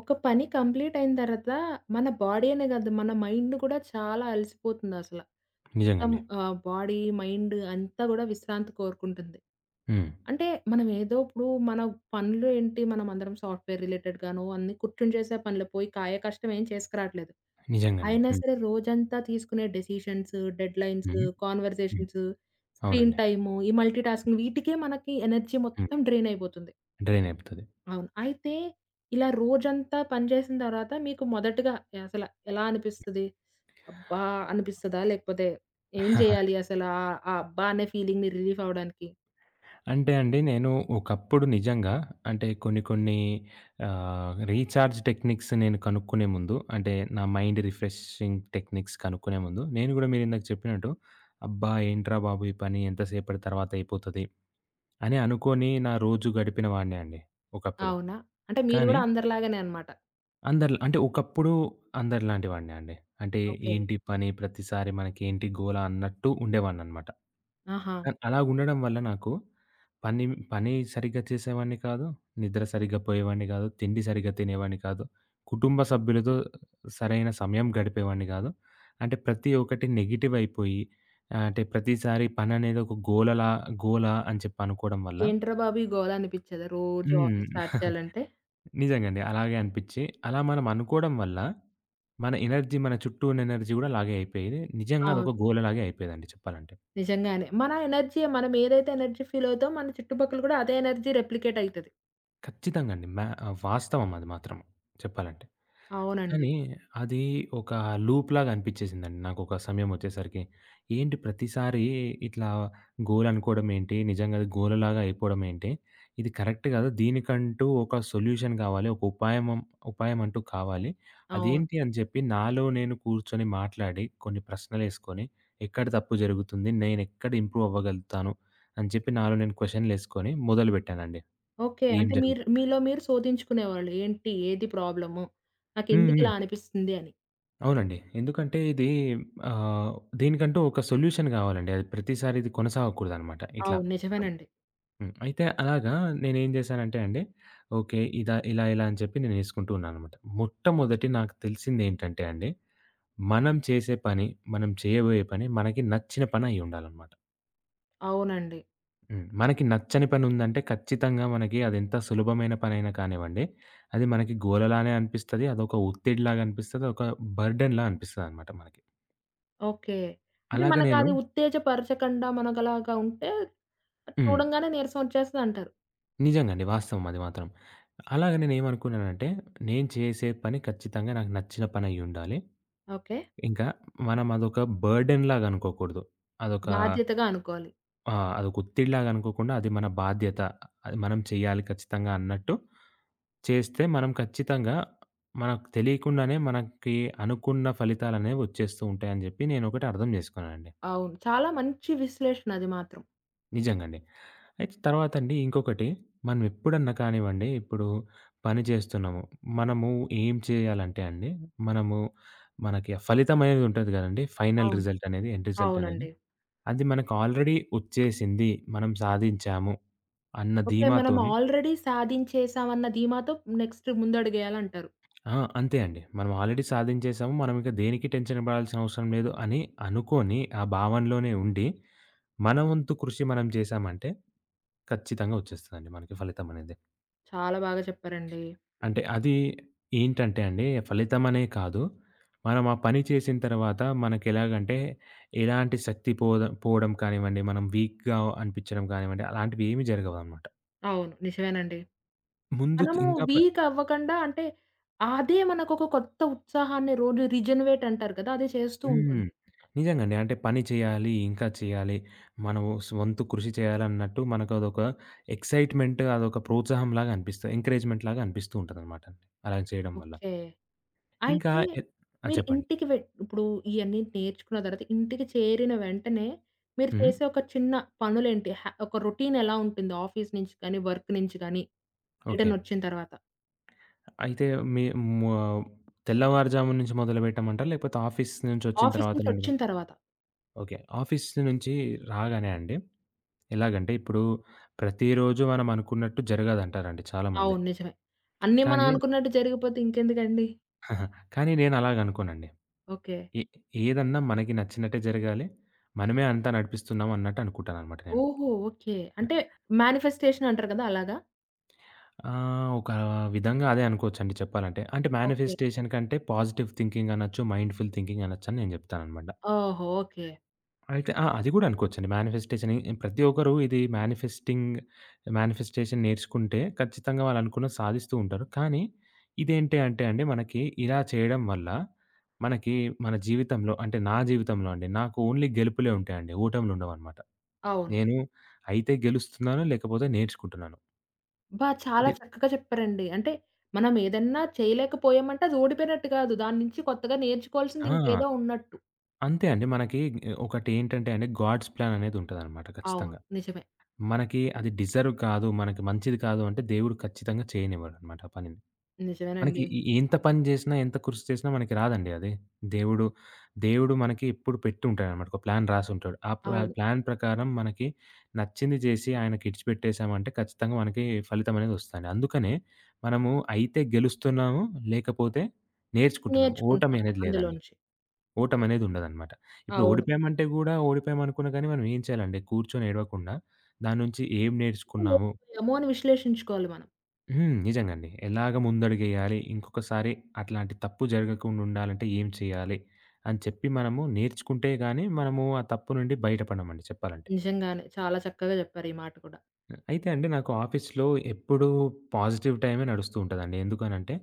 ఒక పని కంప్లీట్ అయిన తర్వాత మన బాడీ అనే కాదు. మన మైండ్ కూడా చాలా అలసిపోతుందసల. మొత్తం నిజంగండి. బాడీ, మైండ్ అంతా గూడా విశ్రాంతి కోరుకుంటుంది. హ్మ్. అంటే మనం ఏదో ఇప్పుడు మన పనులు ఏంటి మనం అందరం సాఫ్ట్‌వేర్ రిలేటెడ్ గాను అన్నీ కూర్చొని చేసే పనులు పోయి కాయ కష్టం ఏం చేసుకురాట్లేదు. నిజంగండి. అయినా హ్మ్. సరే రోజంతా తీసుకునే decisions, deadlines, hmm. Hmm. Conversations, screen అవునండి. టైము, ఈ మల్టీ టాస్కింగ్ వీటికే మనకి ఎనర్జీ హ్మ్. మొత్తం డ్రైన్ అయిపోతుంది. డ్రైన్ అయిపోతది. అవును. అయితే ఇలా రోజంతా పని చేసిన తర్వాత మీకు మొదటగా అసల ఎలా అనిపిస్తది? అబ్బా! అనిపిస్తదా? లేకపోతే ఏం చేయాలి అసలా? ఆ ఆ అబ్బా! అనే ఫీలింగ్‌ని రిలీఫ్ అవ్వడానికి? అంటే అండి నేను ఒకప్పుడు నిజంగా అంటే కొన్ని కొన్ని రీచార్జ్ టెక్నిక్స్ నేను కనుక్కునే ముందు అంటే నా మైండ్ రిఫ్రెషింగ్ టెక్నిక్స్ కనుక్కునే ముందు నేను గూడా మీరిందాక చెప్పినట్టు అబ్బా! ఏంట్రా బాబు ఈ పని ఎంతసేపటి తర్వాత అయిపోతది అని అనుకోని నా రోజు గడిపిన వాడినే అండి ఒకప్పుడు. అవునా? అంటే మీరు కానీ గూడా అందరిలాగానే అన్నమాట. అందరిలా అంటే ఒకప్పుడు అందరిలాంటి వాడినే అండి. అంటే ఓకే. ఏంటి పని? ప్రతిసారి మనకేంటి గోల? అన్నట్టు ఉండేవాడిననమాట. ఆహా! కానీ అలాగ ఉండడం వల్ల నాకు పని పని సరిగ్గా చేసేవాడిని కాదు. నిద్ర సరిగ్గా పోయేవాడిని కాదు. తిండి సరిగ్గా తినేవాడిని కాదు. కుటుంబ సభ్యులతో సరైన సమయం గడిపేవాడిని కాదు. అంటే ప్రతి ఒక్కటి నెగెటివ్ అయిపోయి అంటే ప్రతిసారి పననేది ఒక గోల అని చెప్పి అనుకోవడం వల్ల. ఏంట్రా బాబు ఈ గోల అనిపిచ్చేదా రోజు ఆఫీస్ హ్మ్. స్టార్ట్ చేయాలంటే? నిజంగండి. అలాగే అనిపిచ్చి, అలా మనం అనుకోవడం వల్ల, మన ఎనర్జీ మన చుట్టూ ఉన్న ఎనర్జీ గూడా అలాగే అయిపోయేది. నిజంగా అవును. అదొక గోలలాగే అయిపోయేదండి చెప్పాలంటే. నిజంగానే. మన ఎనర్జీ మనం ఏదైతే ఎనర్జీ ఫీల్ అవుతామో మన చుట్టుపక్కల కూడా అదే ఎనర్జీ రెప్లికేట్ అయితది. ఖచ్చితంగా అండి. వాస్తవం అది మాత్రం చెప్పాలంటే. అవునండి. కానీ అది ఒక లూప్‌లాగా అనిపిచ్చేసిందండి నాకొక సమయమొచ్చేసరికి. ఏంటి ప్రతిసారి ఇట్లా గోలనుకోవడమేంటి? నిజంగా అది గోలలాగా అయిపోవడమేంటి? ఇది కరెక్ట్ కాదు. దీనికంటూ ఒక సొల్యూషన్ కావాలి. ఒక ఉపాయమంటూ కావాలి. అవును. అదేంటి అని చెప్పి నాలో నేను కూర్చొని మాట్లాడి, కొన్ని ప్రశ్నలేసుకొని, ఎక్కడ తప్పు జరుగుతుంది? నేనెక్కడ ఇంప్రూవ్ అవ్వగలుగుతాను? అని చెప్పి నాలో నేను క్వెషన్‌లేసుకొని మొదలుపెట్టానండి. ఓకే. ఏం అంటే మీరు జరుగుతుంది? మీలో మీరు శోధించుకునేవాళ్ళు. ఏంటి? ఏది ప్రాబ్లము? హ్మ్. హ్మ్. నాకెందుకిలా అనిపిస్తుంది అని. అవునండి. ఎందుకంటే ఇది ఆహ్, దీనికంటూ ఒక సొల్యూషన్ గావాలండి. అది ప్రతిసారి ఇది కొనసాగకూడదనమాట ఇట్లా. అవును. అవును. నిజమేనండి. హ్మ్. అయితే అలాగా నేనేం జేశానంటే అండి, ఓకే. ఇలా, అని చెప్పి నేను ఏసుకుంటూ ఉన్నాననమాట. మొట్టమొదటి నాకు తెలిసిందేంటంటే అండి, మనం చేసే పని, మనం చేయబోయే పని మనకి నచ్చిన పని అయ్యుండాలనమాట. అవునండి. హ్మ్. మనకి నచ్చని పనుందంటే ఖచ్చితంగా మనకి అదెంత సులభమైన పనైనా కానివ్వండి, అది మనకి గోలలానే అనిపిస్తది. అదొక ఒత్తిడిలాగా అనిపిస్తది. ఒక బర్డెన్‌లా అనిపిస్తదనమాట మనకి. ఓకే. అంటే అలాగ నేను మనకది ఉత్తేజపరచకుండా మనకలాగా ఉంటే హ్మ్. చూడంగానే నీరసం ఒచ్చేస్తదంటారు. నిజంగండి. వాస్తవం అది మాత్రం. అలాగ నేనేమనుకున్నానంటే, నేను చేసే పని ఖచ్చితంగా నాకు నచ్చిన పనయ్యుండాలి. ఓకే. ఇంకా మనం అదొక బర్డెన్‌లాగా అనుకోకూడదు. అదొక బాధ్యతగా అనుకోవాలి. ఆ! అదొక ఒత్తిడిలాగా అనుకోకుండా, అది మన బాధ్యత. అది మనం చేయాలి ఖచ్చితంగా అన్నట్టు చేస్తే, మనం ఖచ్చితంగా మనకు తెలియకుండానే మనకి అనుకున్న ఫలితాలనేవి వచ్చేస్తూ ఉంటాయని జెప్పి నేనొకటి అర్థం జేసుకున్నానండి. అవును. చాలా మంచి విశ్లేషణ అది మాత్రం. నిజంగండి. అయితే తర్వాతండి ఇంకొకటి మనం ఎప్పుడన్నా కానివ్వండి, ఇప్పుడు పని చేస్తున్నాము. మనము ఏం చేయాలంటే అండి, మనము మనకి ఆ ఫలితం అనేది ఉంటది కదండీ! ఫైనల్ అవును. రిజల్ట్ అనేది, ఎండ్ రిజల్ట్ అనేది. అవునండి. అది మనకు ఆల్రెడీ వచ్చేసింది. మనం సాధించాము అన్న ఓకే. మనం ధీమాతోని ఆల్రెడీ సాధించేసామన్న ధీమాతో నెక్స్ట్ ముందడుగేయాలంటారు. ఆ! అంతే అండి. మనం ఆల్రెడీ సాధించేసాము. మనం ఇక దేనికి టెన్షన్ పడాల్సిన అవసరం లేదు అని అనుకోని, ఆ భావనలోనే ఉండి, మన వంతు కృషి మనం చేశామంటే ఖచ్చితంగా వచ్చేస్తదండి మనకి ఫలితం అనేది. చాలా బాగా చెప్పారండి. అంటే అది ఏంటంటే అండి, ఫలితమనే కాదు. మనం ఆ పని చేసిన తర్వాత మనకెలాగంటే, ఎలాంటి శక్తి పోవడం కానివ్వండి, మనం వీక్‌గా అనిపించడం కానివ్వండి, అలాంటివేమీ జరగవనమాట. అవును. నిజమేనండి. ముందు తి మనము ఇంకా ప వీక్ అవ్వకండా అంటే, అదే మనకొక కొత్త ఉత్సాహాన్ని రోజు రిజనరేట్ అంటారు కదా! అది చేస్తూ హ్మ్. ఉంటుంది. నిజంగండి. అంటే పని చేయాలి, ఇంకా చేయాలి, మనము వంతు కృషి చేయాలన్నట్టు మనకదొక ఎక్సైట్‌మెంట్, అదొక ప్రోత్సాహంలాగా అనిపిస్తది. ఎంకరేజ్‌మెంట్‌లాగా అనిపిస్తూ ఉంటదనమాట. అలా చేయడం వల్ల. ఓకే. ఇంకా అయితే ఎ ఆ! మీరు చెప్పండి. ఇంటికి ఇప్పుడు ఇయన్నీ నేర్చుకున్న తర్వాత ఇంటికి చేరిన వెంటనే, మీరు హ్మ్. చేసే ఒక చిన్న పనులేంటి? ఒక రొటీన్ ఎలా ఉంటుంది? ఆఫీస్ నుంచి గాని, వర్క్ నుంచి గాని ఓకే. రిటర్నొచ్చిన తర్వాత. అయితే మీ మొ తెల్లవారుజామున నుంచి మొదలుపెట్టమంటారా? లేకపోతే ఆఫీస్ నుంచొచ్చిన ఆఫీస్ తర్వాత నుండి. నుంచొచ్చిన తర్వాత. ఓకే. ఆఫీస్ నుంచి రాగానే అండి, ఎలాగంటే ఇప్పుడు ప్రతిరోజు మనం అనుకున్నట్టు జరగదంటారండి చాలామంది. అవును. నిజమే. అన్నీ మనం కానీ అనుకున్నట్టు జరిగిపోతే ఇంకెందుకండి? కానీ నేను అలాగనుకోనండి. ఓకే. ఏ ఏదన్నా మనకి నచ్చినట్టే జరగాలి. మనమే అంతా నడిపిస్తున్నాం అన్నట్టు అనుకుంటాననమాట నేను. ఓహో! ఓకే. అంటే మేనిఫెస్టేషన్ అంటారు కదా! అలాగా? ఒక విధంగా అదే అనుకోవచ్చండి చెప్పాలంటే. అంటే ఓకే. మేనిఫెస్టేషన్ కంటే పాజిటివ్ థింకింగ్ అనొచ్చు, మైండ్‌ఫుల్ థింకింగ్ అనొచ్చని నేను చెప్తాననమాట. ఓహో! ఓకే. అయితే ఆ! అది గూడా అనుకోవచ్చండి. మేనిఫెస్టేషన్ ప్రతి ఒక్కరు ఇది మేనిఫెస్టేషన్ నేర్చుకుంటే ఖచ్చితంగా వాళ్ళనుకున్నది సాధిస్తూ ఉంటారు. కానీ ఇదేంటి అంటే అండి మనకి ఇలా చేయడం వల్ల మనకి మన జీవితంలో అంటే నా జీవితంలో అండి నాకు ఓన్లీ గెలుపులే ఉంటాయండి. ఓటములు ఉండవనమాట. అవును. నేను అయితే గెలుస్తున్నాను లేకపోతే నేర్చుకుంటున్నాను. అబ్బా! చాలా అంటే చక్కగా చెప్పారండి. అంటే మనం ఏదన్నా చేయలేకపోయామంటే అది ఓడిపోయినట్టు కాదు. దాని నుంచి కొత్తగా నేర్చుకోవాల్సింది ఆ! ఇంకేదో ఉన్నట్టు. అంతే అండి. మనకి ఒకటేంటంటే అండి గాడ్స్ ప్లాన్ అనేదుంటదనమాట అవును. ఖచ్చితంగా. నిజమే. మనకి అది డిజర్వ్ కాదు, మనకి మంచిది కాదు అంటే దేవుడు ఖచ్చితంగా చేయనివ్వడనమాట ఆ పనిని. మనకి నిజమేనండి. ఎంత పని జేసినా, ఎంత కృషి చేసినా మనకి రాదండి అది. దేవుడు, దేవుడు మనకి ఎప్పుడు పెట్టి ఉంటాడనమాట. ఒక ప్లాన్ రాసుంటాడు. ఆ ప్ర అవును. ప్లాన్ ప్రకారం మనకి నచ్చింది జేసి ఆయనకి ఇడిచిపెట్టేసామంటే ఖచ్చితంగా మనకి ఫలితమనేది ఒస్తదండి. అందుకనే మనము అయితే గెలుస్తున్నాము, లేకపోతే నేర్చుకుంటున్నాం. ఓటమి నేర్చుకుంటున్నాము అనేది లేదండి. అందులోంచి. ఓటమనేది ఉండదనమాట. ఇప్పుడు అవును. ఓడిపోయామంటే గూడా ఓడిపోయామనుకున్నా గానీ మనం ఏం చేయాలండి? కూర్చొని ఏడవకుండా దాని నుంచి ఏం నేర్చుకున్నాము? ఓడిపోయాము అని విశ్లేషించుకోవాలి మనం. హ్మ్. నిజంగండి. ఎలాగ ముందడుగేయాలి? ఇంకొకసారి అట్లాంటి తప్పు జరగకుండా ఉండాలంటే ఏం చేయాలి? అని చెప్పి మనము నేర్చుకుంటే గాని మనము ఆ తప్పు నుండి బయటపడమండి చెప్పాలంటే. నిజంగానే. చాలా చక్కగా చెప్పారు ఈ మాట కూడా. అయితే అండి నాకు ఆఫీస్‌లో ఎప్పుడూ పాజిటివ్ టైమే నడుస్తూ ఉంటదండి. ఎందుకనంటే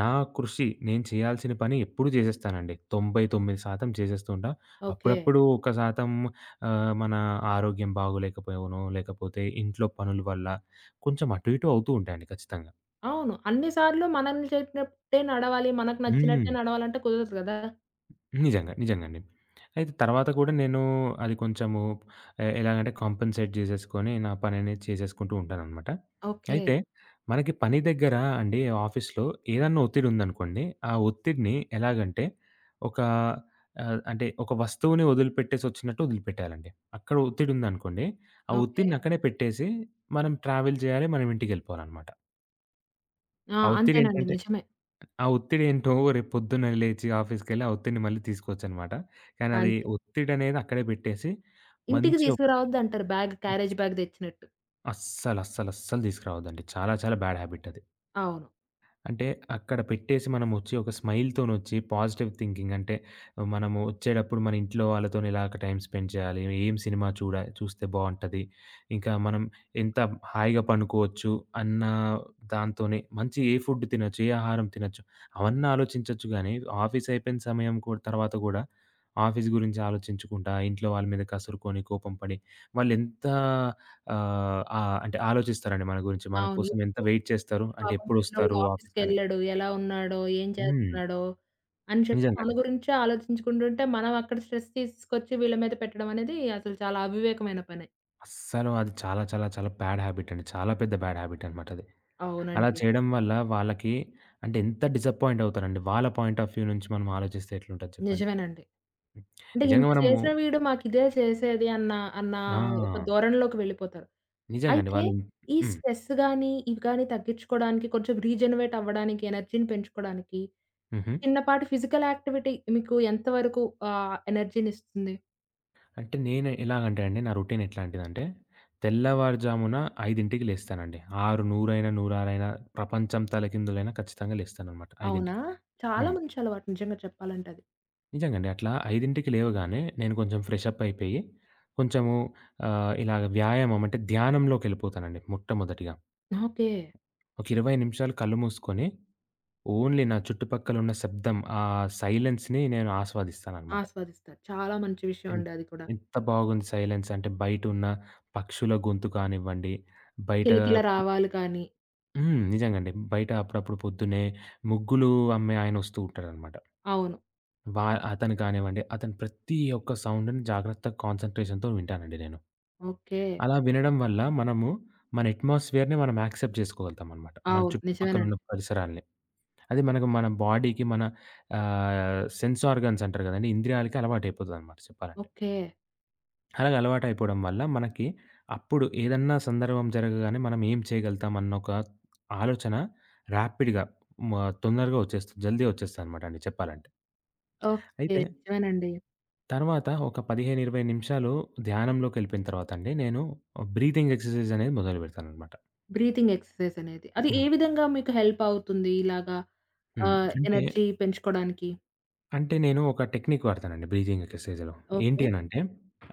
నా కృషి నేను చేయాల్సిన పని ఎప్పుడూ చేసేస్తానండి. 99% చేసేస్తూ ఉంటా. ఓకే. అప్పుడప్పుడు ఒక శాతం మన ఆరోగ్యం బాగోలేకపోవనో, లేకపోతే ఇంట్లో పనుల వల్ల కొంచెం అటు ఇటు అవుతూ ఉంటాయండి ఖచ్చితంగా. అవును. అన్ని సార్లు మనల్ని చెప్పినట్టే నడవాలి, మనకు నచ్చినట్టే హ్మ్. నడవాలంటే కుదరదు కదా! నిజంగా. నిజంగండి. అయితే తర్వాత కూడా నేను అది ఎలాగంటే కాంపెన్సేట్ జేసేసుకొని నా పననేది చేసేసుకుంటూ ఉంటాననమాట. ఓకే. అయితే మనకి పని దగ్గర అండి ఆఫీస్‌లో ఏదన్నా ఒత్తిడుందనుకోండి, ఆ ఒత్తిడిని ఎలాగంటే ఒక అంటే ఒక వస్తువుని వదిలిపెట్టేసొచ్చినట్టు వదిలిపెట్టేయాలండి. అక్కడ ఒత్తిడుందనుకోండి, ఆ ఓకే. ఒత్తిడిని అక్కడే పెట్టేసి మనం ట్రావెల్ జేయాలి, మనం ఇంటికెళ్ళిపోవాలనమాట. ఆ! ఆ అంతేనండి. ఒత్తిడేంటంటే నిజమే. ఆ ఒత్తిడేంటో రేపు పొద్దున్నే లేచి ఆఫీస్‌కెళ్ళి ఆ ఒత్తిడిని మళ్ళీ తీసుకోవచ్చనమాట. కానీ అది అంతే. ఒత్తిడనేది అక్కడే పెట్టేసి ఇంటికి మంచి ఒక తీసుకురావద్దంటారు బ్యాగ్ క్యారేజ్ బ్యాగ్ తెచ్చినట్టు. అస్సలు, అస్సలు, అస్సలు తీసుకురావద్దండి. చాలా చాలా బ్యాడ్ హాబిట్ అది. అవును. అంటే అక్కడ పెట్టేసి మనమొచ్చి ఒక స్మైల్‌తోనొచ్చి పాజిటివ్ థింకింగ్ అంటే మనము వచ్చేటప్పుడు మన ఇంట్లో వాళ్ళతోని ఎలాగ టైమ్ స్పెండ్ చేయాలి? ఏం సినిమా చూస్తే బావుంటది? ఇంకా మనం ఎంత హాయిగా పండుకోవచ్చు? అన్న దాంతోనే మంచి ఏ ఫుడ్ తినొచ్చు? ఏ ఆహారం తినొచ్చు? అవన్నీ ఆలోచించొచ్చు గానీ ఆఫీస్ అయిపోయిన సమయం తర్వాత గూడా ఆఫీస్ గురించి ఆలోచించుకుంటా, ఇంట్లో వాళ్ళ మీద కసురుకొని, కోపం పడి వాళ్ళెంత ఆహ్, ఆహ్, అంటే ఆలోచిస్తారండి మన గురించి. మన అవును. కోసం ఎంత వెయిట్ చేస్తారు. ఇప్పుడు అంటే పాపం పిల్లోడు ఎప్పుడొస్తారు ఆఫీస్‌కని. ఆఫీస్‌కెళ్ళాడు. ఎలా ఉన్నాడో? ఏం హ్మ్. చేస్తున్నాడో? అని చెప్పి మన నిజంగండి. గురించే ఆలోచించుకుంటుంటే, మనం అక్కడ స్ట్రెస్ తీసుకొచ్చి వీళ్ళ మీద పెట్టడం అనేది అసలు చాలా అవివేకమైన పనే. అస్సలు అది చాలా చాలా చాలా బ్యాడ్ హాబిట్ అండి. చాలా పెద్ద బ్యాడ్ హాబిట్ అనమాట అది. అలా అవునండి. చేయడం వల్ల వాళ్ళకి అంటే ఎంత డిసప్పాయింట్ అవుతారండి. వాళ్ళ పాయింట్ ఆఫ్ వ్యూ నుంచి మనం ఆలోచిస్తే ఎట్లుంటది చెప్పండి. నిజమేనండి. అంటే నిజంగా ఇంత మనము చేసిన వీడు మాకిదే చేసేది అన్న అన్న ఆ! ఒక ధోరణిలోకి వెళ్ళిపోతారు. నిజంగండి. అయితే వాళ్ళు ఈ హ్మ్. స్ట్రెస్ గాని, ఇవి గాని తగ్గించుకోవడానికి కొంచెం రీజనరేట్ అవ్వడానికి, ఎనర్జీని పెంచుకోవడానికి హుహు. చిన్నపాటి ఫిజికల్ యాక్టివిటీ మీకు ఎంత వరకు ఎనర్జీనిస్తుంది? అంటే నేను ఎలాగంటే అండి, నా రొటీన్ ఎట్లాంటిదంటే, తెల్లవారుజామున 5కి లేస్తానండి. 6:100 అయినా, 106 అయినా, ప్రపంచం తలకిందులైనా ఖచ్చితంగా లేస్తాననమాట 5కి. అవునా? చాలా హ్మ్. మంచి అలవాటు నిజంగా చెప్పాలంటే అది. నిజంగా అండి. అట్లా 5కి లేవగానే నేను కొంచెం ఫ్రెష్ అప్ అయిపోయి, కొంచెము ఇలాగ వ్యాయామం అంటే ధ్యానంలోకెళ్ళిపోతానండి మొట్టమొదటిగా. ఓకే. ఒక 20 నిమిషాలు కళ్ళు మూసుకొని, ఓన్లీ నా చుట్టుపక్కల ఉన్న శబ్దం, ఆ సైలెన్స్‌ని నేను ఆస్వాదిస్తాననమాట. ఆస్వాదిస్తారు. చాలా మంచి విషయం ఎన్ అండి అది కూడా. ఎంత బాగుంది సైలెన్స్ అంటే బయటున్న పక్షుల గొంతు కానివ్వండి, బయట కిలకిల పొ రావాలి కానీ హ్మ్. నిజంగండి. బయట అప్పుడప్పుడు పొద్దున్నే ముగ్గులు అమ్మే ఆయనొస్తూ ఉంటాడనమాట. అవును. వా అతను కానివ్వండి, అతను ప్రతి ఒక్క సౌండ్‌ని జాగ్రత్తగా కాన్సంట్రేషన్‌తో వింటానండి నేను. ఓకే. అలా వినడం వల్ల మనము మన అట్మాస్ఫియర్‌ని మనం యాక్సెప్ట్ జేసుకోగలుగుతామనమాట. మన అవును. నిజమేనండి. చుట్టుపక్కలున్న పరిసరాల్ని. అది మనకు మన బాడీకి మన సెన్స్ ఆర్గాన్స్ అంటారు గదండీ! ఇంద్రియాలకి అలవాటయిపోతదనమాట చెప్పాలంటే. ఓకే. అలాగ అలవాటయిపోవడం వల్ల మనకి అప్పుడు ఏదన్నా సందర్భం జరగగానే మనం ఏం చేయగలుగుతాం అన్న ఒక ఆలోచన ర్యాపిడ్‌గా మ తొందరగా వచ్చేస్తుంది. జల్దీ వచ్చేస్తదనమాట అండి చెప్పాలంటే. ఓకే. అయితే నిజమేనండి. తర్వాత ఒక 15, 20 నిమిషాలు ధ్యానంలోకెళ్ళిపోయిన తర్వాత అండి నేను బ్రీతింగ్ ఎక్సర్‌సైజ్ అనేది మొదలుపెడతాననమాట. బ్రీతింగ్ ఎక్సర్‌సైజ్ అనేది. అది ఏ హ్మ్. విధంగా మీకు హెల్ప్ అవుతుంది ఇలాగా హ్మ్. అంటే, ఎనర్జీ పెంచుకోవడానికి? అంటే నేను ఒక టెక్నిక్ వాడతానండి బ్రీతింగ్ ఎక్సర్‌సైజ్‌లో. ఏంటి ఓకే. అనంటే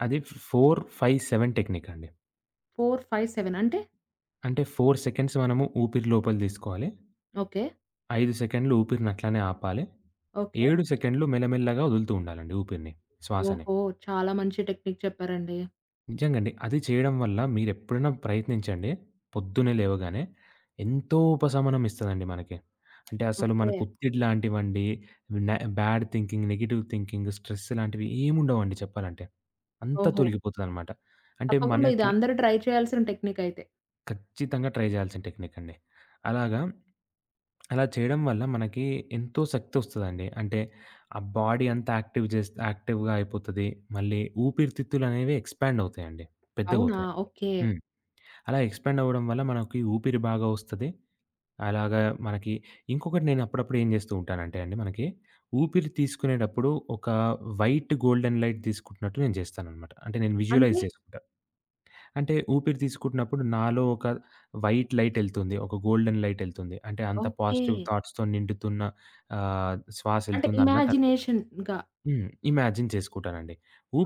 అది 4, 5, 7 టెక్నిక్ అండి. 4, 5, 7 అంటే? అంటే 4 సెకండ్స్ మనము ఊపిరి లోపల తీసుకోవాలి. ఓకే. 5 సెకండ్లు ఊపిరిని అట్లానే ఆపాలి. ఓకే. 7 సెకండ్లు మెల్లమెల్లగా వదులుతూ ఉండాలండి ఊపిరిని, శ్వాసని. ఓహో! చాలా మంచి టెక్నిక్ చెప్పారండి. నిజంగండి. అది చేయడం వల్ల మీరెప్పుడైనా ప్రయత్నించండి. పొద్దున్నే లేవగానే ఎంతో ఉపశమనం ఇస్తదండి మనకి. అంటే అసలు మనకు ఓకే. ఒత్తిడి లాంటివండి, న bad thinking, negative thinking, stress లాంటివి ఏముండవండి చెప్పాలంటే. అంతా ఓహో! తొలగిపోతదనమాట. అంటే తప్పకుండా ఇది మనకి అందరూ ట్రై చేయాల్సిన టెక్నికయితే. ఖచ్చితంగా ట్రై చేయాల్సిన టెక్నిక్ అండి. అలాగా, అలా చేయడం వల్ల మనకి ఎంతో శక్తొస్తదండి. అంటే ఆ బాడీ అంతా యాక్టివ్‌గా అయిపోతది. మళ్ళీ ఊపిరితిత్తులనేవి ఎక్స్‌పాండ్ అవుతాయండి. అవునా? పెద్దగవుతాయనమాట. ఓకే. హ్మ్. అలా ఎక్స్‌పాండ్ అవ్వడం వల్ల మనకి ఊపిరి బాగా వస్తది. అలాగా మనకి ఇంకొకటి నేను అప్పుడప్పుడు ఏం చేస్తూ ఉంటానంటే అండి మనకి, ఊపిరి తీసుకునేటప్పుడు ఒక వైట్ గోల్డెన్ లైట్ తీసుకుంటున్నట్టు నేను చేస్తాననమాట. అంటే నేను విజువలైజ్ అంటే చేసుకుంటా. అంటే ఊపిరి తీసుకుంటున్నప్పుడు నాలో ఒక వైట్ లైట్ ఎళ్తుంది. ఒక గోల్డెన్ లైట్ ఎళ్తుంది. అంటే అంత ఓకే. పాజిటివ్ థాట్స్‌తో నిండుతున్న శ్వాస అంటే ఎళ్తుంది అన్నట్టు అనుకుంటాను. ఇమాజినేషన్‌గా. హ్మ్. ఇమాజిన్ చేసుకుంటానండి.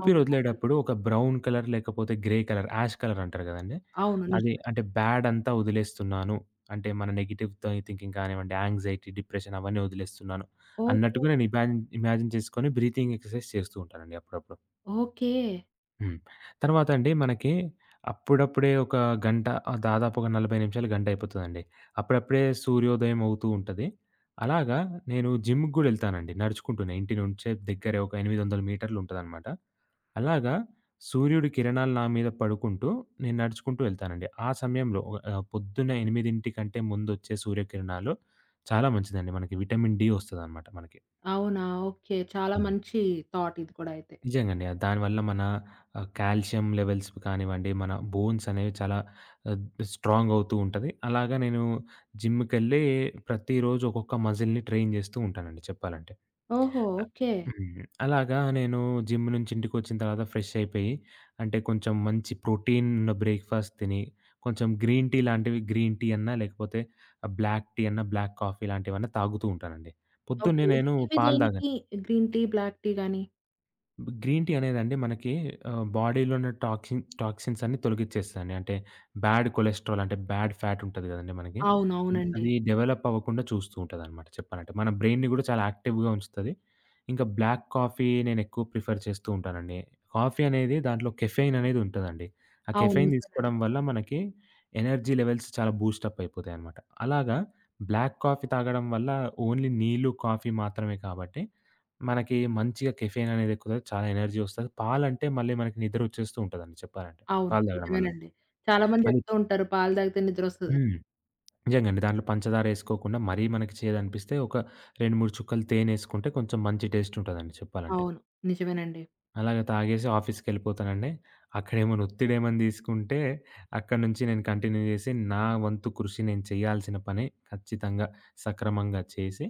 అవును. ఓకే. వదిలేటప్పుడు ఒక బ్రౌన్ కలర్ లేకపోతే గ్రే కలర్, యాష్ కలర్ అంటారు గదండీ! అవును. అది నిజమే. అంటే బ్యాడ్ అంతా వదిలేస్తున్నాను. అంటే మన నెగెటివ్ థింకింగ్ కానివ్వండి, యాంగ్జైటీ, డిప్రెషన్ అవన్నీ వదిలేస్తున్నాను ఓహో! అన్నట్టుగా నేను ఇమాజిన్ ఇమాజిన్ చేసుకొని బ్రీతింగ్ ఎక్సర్‌సైజ్ చేస్తూ ఉంటానండి అప్పుడప్పుడు. ఓకే. హ్మ్. తర్వాత అండి మనకి అప్పుడప్పుడే దాదాపు ఒక 40 నిమిషాలు, గంట అయిపోతదండి. అప్పుడప్పుడే సూర్యోదయం అవుతూ ఉంటది. అలాగా నేను జిమ్‌కి గూడా ఎళ్తానండి నడుచుకుంటూనే. ఇంటి నుంచే దగ్గరే ఒక 800 మీటర్లు ఉంటదనమాట. అలాగా సూర్యుడి కిరణాలు నా మీద పడుకుంటూ నేను నడుచుకుంటూ ఎళ్తానండి. ఆ సమయంలో పొద్దున్న 8 కంటే ముందొచ్చే సూర్యకిరణాలు చాలా మంచిదండి. మనకి విటమిన్ డి వస్తదనమాట మనకి. అవునా? ఓకే. చాలా హ్మ్. మంచి థాట్ ఇది కూడా అయితే. నిజంగండి. దానివల్ల మన కాల్షియం లెవెల్స్ కానివ్వండి, మన బోన్స్ అనేవి చాలా ఆహ్, స్ట్రాంగ్ అవుతూ ఉంటది. అలాగా నేను జిమ్‌కెళ్ళి ప్రతిరోజు ఒక్కొక్క మజిల్‌ని ట్రైన్ జేస్తూ ఉంటానండి చెప్పాలంటే. ఓహో! ఓకే. హ్మ్. అలాగా నేను జిమ్ నుంచి ఇంటికొచ్చిన తర్వాత ఫ్రెష్ అయిపోయి, అంటే కొంచెం మంచి ప్రోటీన్ ఉన్న బ్రేక్‌ఫాస్ట్ తిని, కొంచెం గ్రీన్ టీ లాంటివి గ్రీన్ టీ అన్నా, లేకపోతే బ్లాక్ టీ అన్నా, బ్లాక్ కాఫీ లాంటివన్నా తాగుతూ ఉంటానండి. పొద్దున్నే ఓకే. ఇవి నేను ఇవి పాలు తాగనండి. దేనికి గ్రీన్ టీ, బ్లాక్ టీ గాని? గ్రీన్ టీ అనేదండి మనకి బాడీలో ఉన్న టాక్సిన్స్ అన్నీ తొలగిచ్చేస్తదండి. అంటే బ్యాడ్ కొలెస్ట్రాల్ అంటే బ్యాడ్ ఫ్యాట్ ఉంటది గదండీ మనకి. అవును. అది అవునండి. అది డెవలప్ అవ్వకుండా చూస్తూ ఉంటదనమాట చెప్పాలంటే. మన బ్రెయిన్‌ని గూడా చాలా యాక్టివ్‌గా ఉంచుతది. ఇంకా బ్లాక్ కాఫీ నేనెక్కువ ప్రిఫర్ చేస్తూ ఉంటానండి. కాఫీ అనేది దాంట్లో కెఫెయిన్ అనేది ఉంటదండి. ఆ అవును. కెఫెయిన్ నిజమేనండి. తీసుకోవడం వల్ల మనకి ఎనర్జీ లెవెల్స్ చాలా బూస్ట్ అప్ అయిపోతాయనమాట. అలాగా బ్లాక్ కాఫీ తాగడం వల్ల ఓన్లీ నీళ్ళు, కాఫీ మాత్రమే కాబట్టి మనకి మంచిగా కెఫెయిన్ అనేది ఎక్కుతది. చాలా ఎనర్జీ ఒస్తది. పాలంటే మళ్ళీ మనకి నిద్ర ఒచ్చేస్తూ ఉంటదండి చెప్పాలంటే. అవును. పాలు తాగడం వల్ల. నిజమేనండి. చాలా మంది మళ్ళీ చెప్తూ ఉంటారు పాలు తాగితే నిద్రొస్తదని. హ్మ్. నిజంగండి. దాంట్లో పంచదార ఏసుకోకుండా మరీ మనకి చేదనిపిస్తే ఒక 2, 3 చుక్కలు తేనె ఏసుకుంటే కొంచెం మంచి టేస్ట్ ఉంటదండి చెప్పాలంటే. అవును. నిజమేనండి. అలాగ తాగేసి ఆఫీస్‌కెళ్ళిపోతానండి. అక్కడేమైనా ఒత్తిడేమైనా తీసుకుంటే, అక్కడి నుంచి నేను కంటిన్యూ చేసి, నా వంతు కృషి నేను చేయాల్సిన పని ఖచ్చితంగా సక్రమంగా చేసి,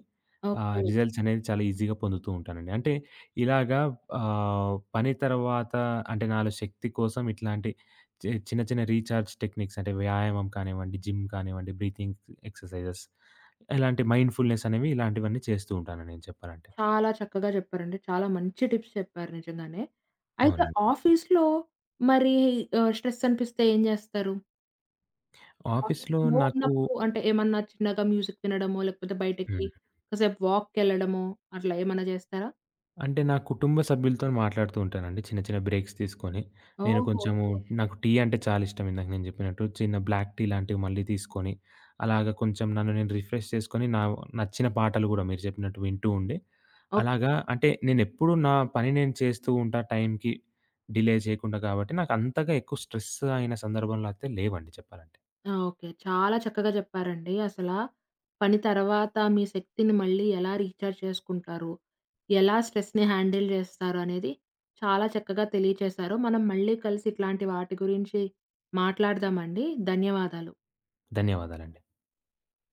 ఆ ఓకే. రిజల్ట్స్ అనేది చాలా ఈజీగా పొందుతూ ఉంటానండి. అంటే ఇలాగా పని తర్వాత అంటే నాలో శక్తి కోసం ఇట్లాంటి చిన్న చిన్న రీచార్జ్ టెక్నిక్స్ అంటే వ్యాయామం కానివ్వండి, జిమ్ కానివ్వండి, బ్రీతింగ్ ఎక్సర్‌సైజెస్ ఇలాంటి మైండ్‌ఫుల్‌నెస్ అనేవి ఇలాంటివన్నీ చేస్తూ ఉంటానండి నేను చెప్పాలంటే. చాలా చక్కగా చెప్పారండి. చాలా మంచి టిప్స్ చెప్పారు నిజంగానే. అయితే అవునండి. ఆఫీస్‌లో మరి స్ట్రెస్ అనిపిస్తే ఏం జేస్తారు? ఆఫీస్‌లో ఆఫీస్‌లో నాకు ఉన్నప్పుడు అంటే ఏమన్నా చిన్నగా మ్యూజిక్ వినడమో, లేకపోతే బయటకి హ్మ్. కాసేపు వాక్‌కెళ్ళడమో అట్లా ఏమన్నా జేస్తారా? అంటే నా కుటుంబ సభ్యులతోని మాట్లాడుతూ ఉంటానండి. చిన్న చిన్న బ్రేక్స్ తీసుకొని. నేను ఓహో! ఓకే. కొంచెము ఓకే. నాకు టీ అంటే చాలా ఇష్టం. ఇందాక నేను చెప్పినట్టు చిన్న బ్లాక్ టీ లాంటివి మళ్ళీ తీసుకొని, అలాగా కొంచెం నన్ను నేను రిఫ్రెష్ చేసుకొని, నా నచ్చిన పాటలు గూడా మీరు చెప్పినట్టు వింటూ ఉండి, ఓకే. అలాగా అంటే నేనెప్పుడూ నా పని నేను చేస్తూ ఉంటా టైంకి డిలే చేయకుండా కాబట్టి, నాకు అంతగా ఎక్కువ స్ట్రెస్ అయిన సందర్భంలో అయితే లేవండి చెప్పాలంటే. ఆ! ఓకే. చాలా చక్కగా చెప్పారండి. అసలా పని తర్వాత మీ శక్తిని మళ్ళీ ఎలా రీచార్జ్ చేసుకుంటారు? ఎలా స్ట్రెస్‌ని హ్యాండిల్ చేస్తారు? అనేది చాలా చక్కగా తెలియచేశారు. మనం మళ్ళీ కలిసి ఇట్లాంటి వాటి గురించి మాట్లాడదామండి. ధన్యవాదాలు. ధన్యవాదాలండి.